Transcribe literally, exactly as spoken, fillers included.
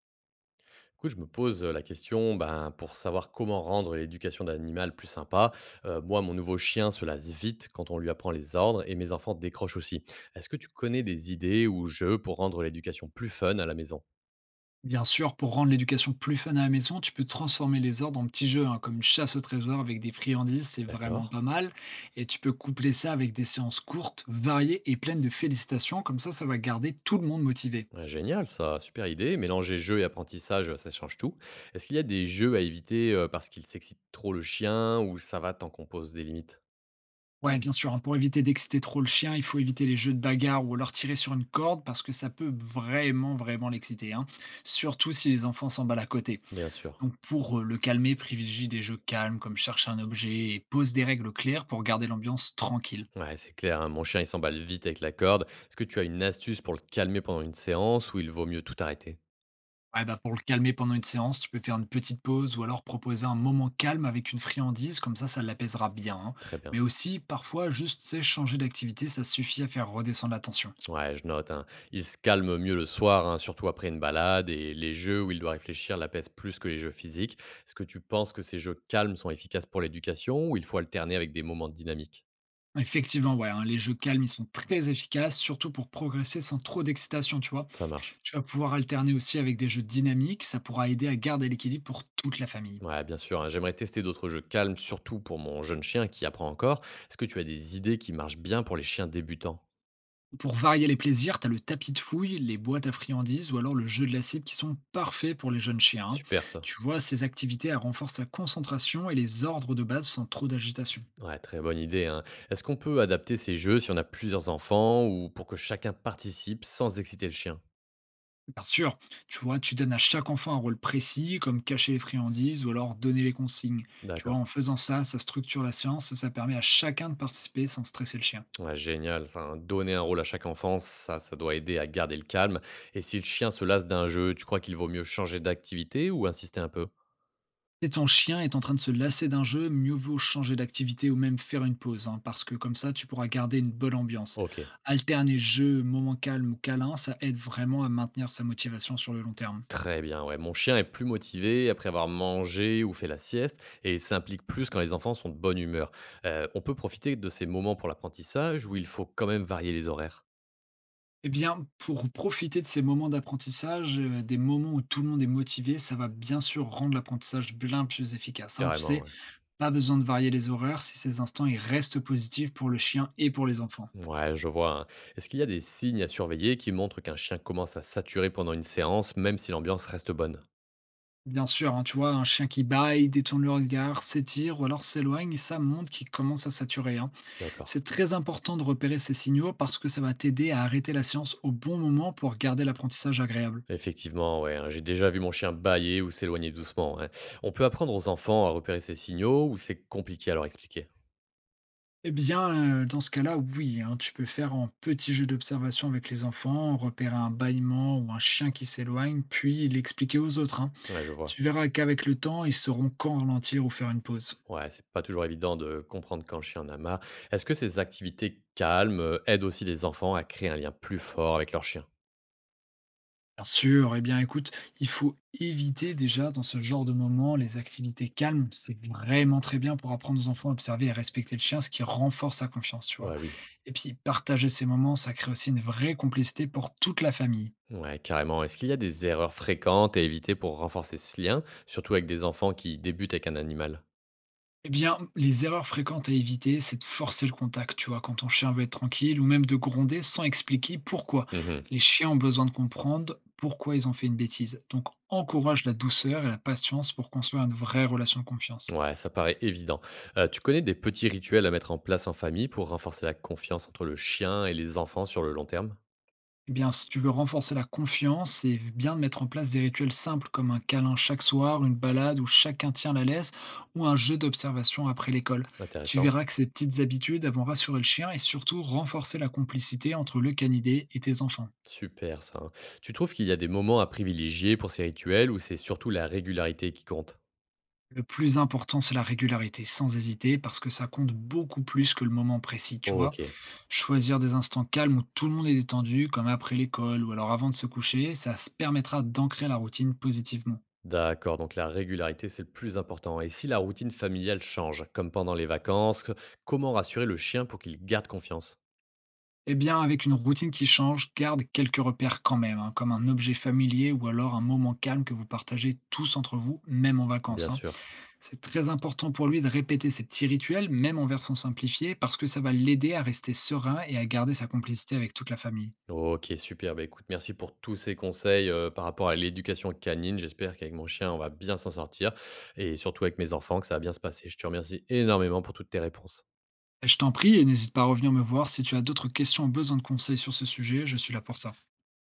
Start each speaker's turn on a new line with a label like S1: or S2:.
S1: Du coup, je me pose, heu, la question, ben, pour savoir comment rendre l'éducation d'animal plus sympa. Heu, moi, mon nouveau chien se lasse vite quand on lui apprend les ordres et mes enfants décrochent aussi. Est-ce que tu connais des idées ou jeux pour rendre l'éducation plus fun à la maison?
S2: Bien sûr, pour rendre l'éducation plus fun à la maison, tu peux transformer les ordres en petits jeux, hein, comme chasse au trésor avec des friandises, c'est vraiment
S1: D'accord.
S2: pas mal. Et tu peux coupler ça avec des séances courtes, variées et pleines de félicitations, comme ça, ça va garder tout le monde motivé.
S1: Ouais, génial ça, super idée. Mélanger jeux et apprentissage, ça change tout. Est-ce qu'il y a des jeux à éviter, heu, parce qu'ils s'excitent trop le chien ou ça va tant qu'on pose des limites?
S2: Ouais, ouais, bien sûr, hein, pour éviter d'exciter trop le chien, il faut éviter les jeux de bagarre ou alors tirer sur une corde parce que ça peut vraiment, vraiment l'exciter, hein, surtout si les enfants s'emballent à côté.
S1: Bien sûr.
S2: Donc pour euh, le calmer, privilégie des jeux calmes comme cherche un objet et pose des règles claires pour garder l'ambiance tranquille.
S1: Ouais, c'est clair, hein, mon chien, il s'emballe vite avec la corde. Est-ce que tu as une astuce pour le calmer pendant une séance ou il vaut mieux tout arrêter?
S2: Ouais, bah, pour le calmer pendant une séance, tu peux faire une petite pause ou alors proposer un moment calme avec une friandise, comme ça, ça l'apaisera bien, hein.
S1: Très bien.
S2: Mais aussi, parfois, juste tu sais, changer d'activité, ça suffit à faire redescendre la tension.
S1: Ouais, je note, hein. Il se calme mieux le soir, hein, surtout après une balade, et les jeux où il doit réfléchir l'apaisent plus que les jeux physiques. Est-ce que tu penses que ces jeux calmes sont efficaces pour l'éducation ou il faut alterner avec des moments dynamiques?
S2: Effectivement, ouais, hein, les jeux calmes, ils sont très efficaces, surtout pour progresser sans trop d'excitation, tu vois.
S1: Ça marche.
S2: Tu vas pouvoir alterner aussi avec des jeux dynamiques, ça pourra aider à garder l'équilibre pour toute la famille.
S1: Ouais, bien sûr, hein. J'aimerais tester d'autres jeux calmes, surtout pour mon jeune chien qui apprend encore. Est-ce que tu as des idées qui marchent bien pour les chiens débutants?
S2: Pour varier les plaisirs, t'as le tapis de fouille, les boîtes à friandises ou alors le jeu de la cible qui sont parfaits pour les jeunes chiens, hein.
S1: Super ça.
S2: Tu vois, ces activités elles renforcent la concentration et les ordres de base sans trop d'agitation.
S1: Ouais, très bonne idée, hein. Est-ce qu'on peut adapter ces jeux si on a plusieurs enfants ou pour que chacun participe sans exciter le chien?
S2: Bien sûr, tu vois, tu donnes à chaque enfant un rôle précis, comme cacher les friandises ou alors donner les consignes. Tu vois,
S1: D'accord.
S2: en faisant ça, ça structure la séance et ça permet à chacun de participer sans stresser le chien.
S1: Ouais, génial. Enfin, donner un rôle à chaque enfant, ça, ça doit aider à garder le calme. Et si le chien se lasse d'un jeu, tu crois qu'il vaut mieux changer d'activité ou insister un peu?
S2: Si ton chien est en train de se lasser d'un jeu, mieux vaut changer d'activité ou même faire une pause, hein, parce que comme ça, tu pourras garder une bonne ambiance.
S1: Ok,
S2: Alterner jeu, moment calme ou câlin, ça aide vraiment à maintenir sa motivation sur le long terme.
S1: très bien. Ouais, mon chien est plus motivé après avoir mangé ou fait la sieste et il s'implique plus quand les enfants sont de bonne humeur. Euh, on peut profiter de ces moments pour l'apprentissage où il faut quand même varier les horaires.
S2: Eh bien, pour profiter de ces moments d'apprentissage, euh, des moments où tout le monde est motivé, ça va bien sûr rendre l'apprentissage bien plus efficace, hein, tu sais,
S1: Carrément. Ouais.
S2: pas besoin de varier les horaires si ces instants ils restent positifs pour le chien et pour les enfants.
S1: Ouais, je vois, hein. Est-ce qu'il y a des signes à surveiller qui montrent qu'un chien commence à saturer pendant une séance, même si l'ambiance reste bonne?
S2: Bien sûr, hein, tu vois, un chien qui bâille, détourne le regard, s'étire ou alors s'éloigne, ça montre qu'il commence à saturer, hein.
S1: D'accord.
S2: C'est très important de repérer ces signaux parce que ça va t'aider à arrêter la séance au bon moment pour garder l'apprentissage agréable.
S1: Effectivement, ouais, hein, j'ai déjà vu mon chien bâiller ou s'éloigner doucement, hein. On peut apprendre aux enfants à repérer ces signaux ou c'est compliqué à leur expliquer?
S2: Eh bien, euh, dans ce cas-là, oui, hein, tu peux faire un petit jeu d'observation avec les enfants, repérer un bâillement ou un chien qui s'éloigne, puis l'expliquer aux autres, hein.
S1: Ouais, je vois.
S2: Tu verras qu'avec le temps, ils sauront quand ralentir ou faire une pause.
S1: Ouais, c'est pas toujours évident de comprendre quand le chien en a marre. Est-ce que ces activités calmes euh, aident aussi les enfants à créer un lien plus fort avec leur chien?
S2: Bien sûr, eh bien écoute, il faut éviter déjà dans ce genre de moment les activités calmes. C'est vraiment très bien pour apprendre aux enfants à observer et respecter le chien, ce qui renforce sa confiance, tu vois.
S1: Ouais, oui.
S2: Et puis partager ces moments, ça crée aussi une vraie complicité pour toute la famille.
S1: Ouais, carrément. Est-ce qu'il y a des erreurs fréquentes à éviter pour renforcer ce lien, surtout avec des enfants qui débutent avec un animal?
S2: Eh bien, les erreurs fréquentes à éviter, c'est de forcer le contact, tu vois, quand ton chien veut être tranquille, ou même de gronder sans expliquer pourquoi.
S1: Mhm.
S2: Les chiens ont besoin de comprendre pourquoi ils ont fait une bêtise. Donc encourage la douceur et la patience pour construire une vraie relation de confiance.
S1: Ouais, ça paraît évident. Euh, tu connais des petits rituels à mettre en place en famille pour renforcer la confiance entre le chien et les enfants sur le long terme?
S2: Eh bien, si tu veux renforcer la confiance, c'est bien de mettre en place des rituels simples comme un câlin chaque soir, une balade où chacun tient la laisse ou un jeu d'observation après l'école. Tu
S1: Intéressant.
S2: verras que ces petites habitudes vont rassurer le chien et surtout renforcer la complicité entre le canidé et tes enfants.
S1: Super ça, hein. Tu trouves qu'il y a des moments à privilégier pour ces rituels ou c'est surtout la régularité qui compte?
S2: Le plus important, c'est la régularité, sans hésiter, parce que ça compte beaucoup plus que le moment précis, tu vois.
S1: Ok,
S2: Choisir des instants calmes où tout le monde est détendu, comme après l'école ou alors avant de se coucher, ça se permettra d'ancrer la routine positivement.
S1: d'accord. Donc la régularité, c'est le plus important. Et si la routine familiale change, comme pendant les vacances, comment rassurer le chien pour qu'il garde confiance?
S2: Eh bien, avec une routine qui change, garde quelques repères quand même, hein, comme un objet familier ou alors un moment calme que vous partagez tous entre vous, même en vacances,
S1: Bien
S2: hein.
S1: sûr.
S2: C'est très important pour lui de répéter ces petits rituels, même en version simplifiée, parce que ça va l'aider à rester serein et à garder sa complicité avec toute la famille.
S1: OK, super. Bah, écoute, merci pour tous ces conseils, heu, par rapport à l'éducation canine. J'espère qu'avec mon chien, on va bien s'en sortir et surtout avec mes enfants, que ça va bien se passer. Je te remercie énormément pour toutes tes réponses.
S2: Eh, je t'en prie et n'hésite pas à revenir me voir si tu as d'autres questions ou besoin de conseils sur ce sujet, je suis là pour ça.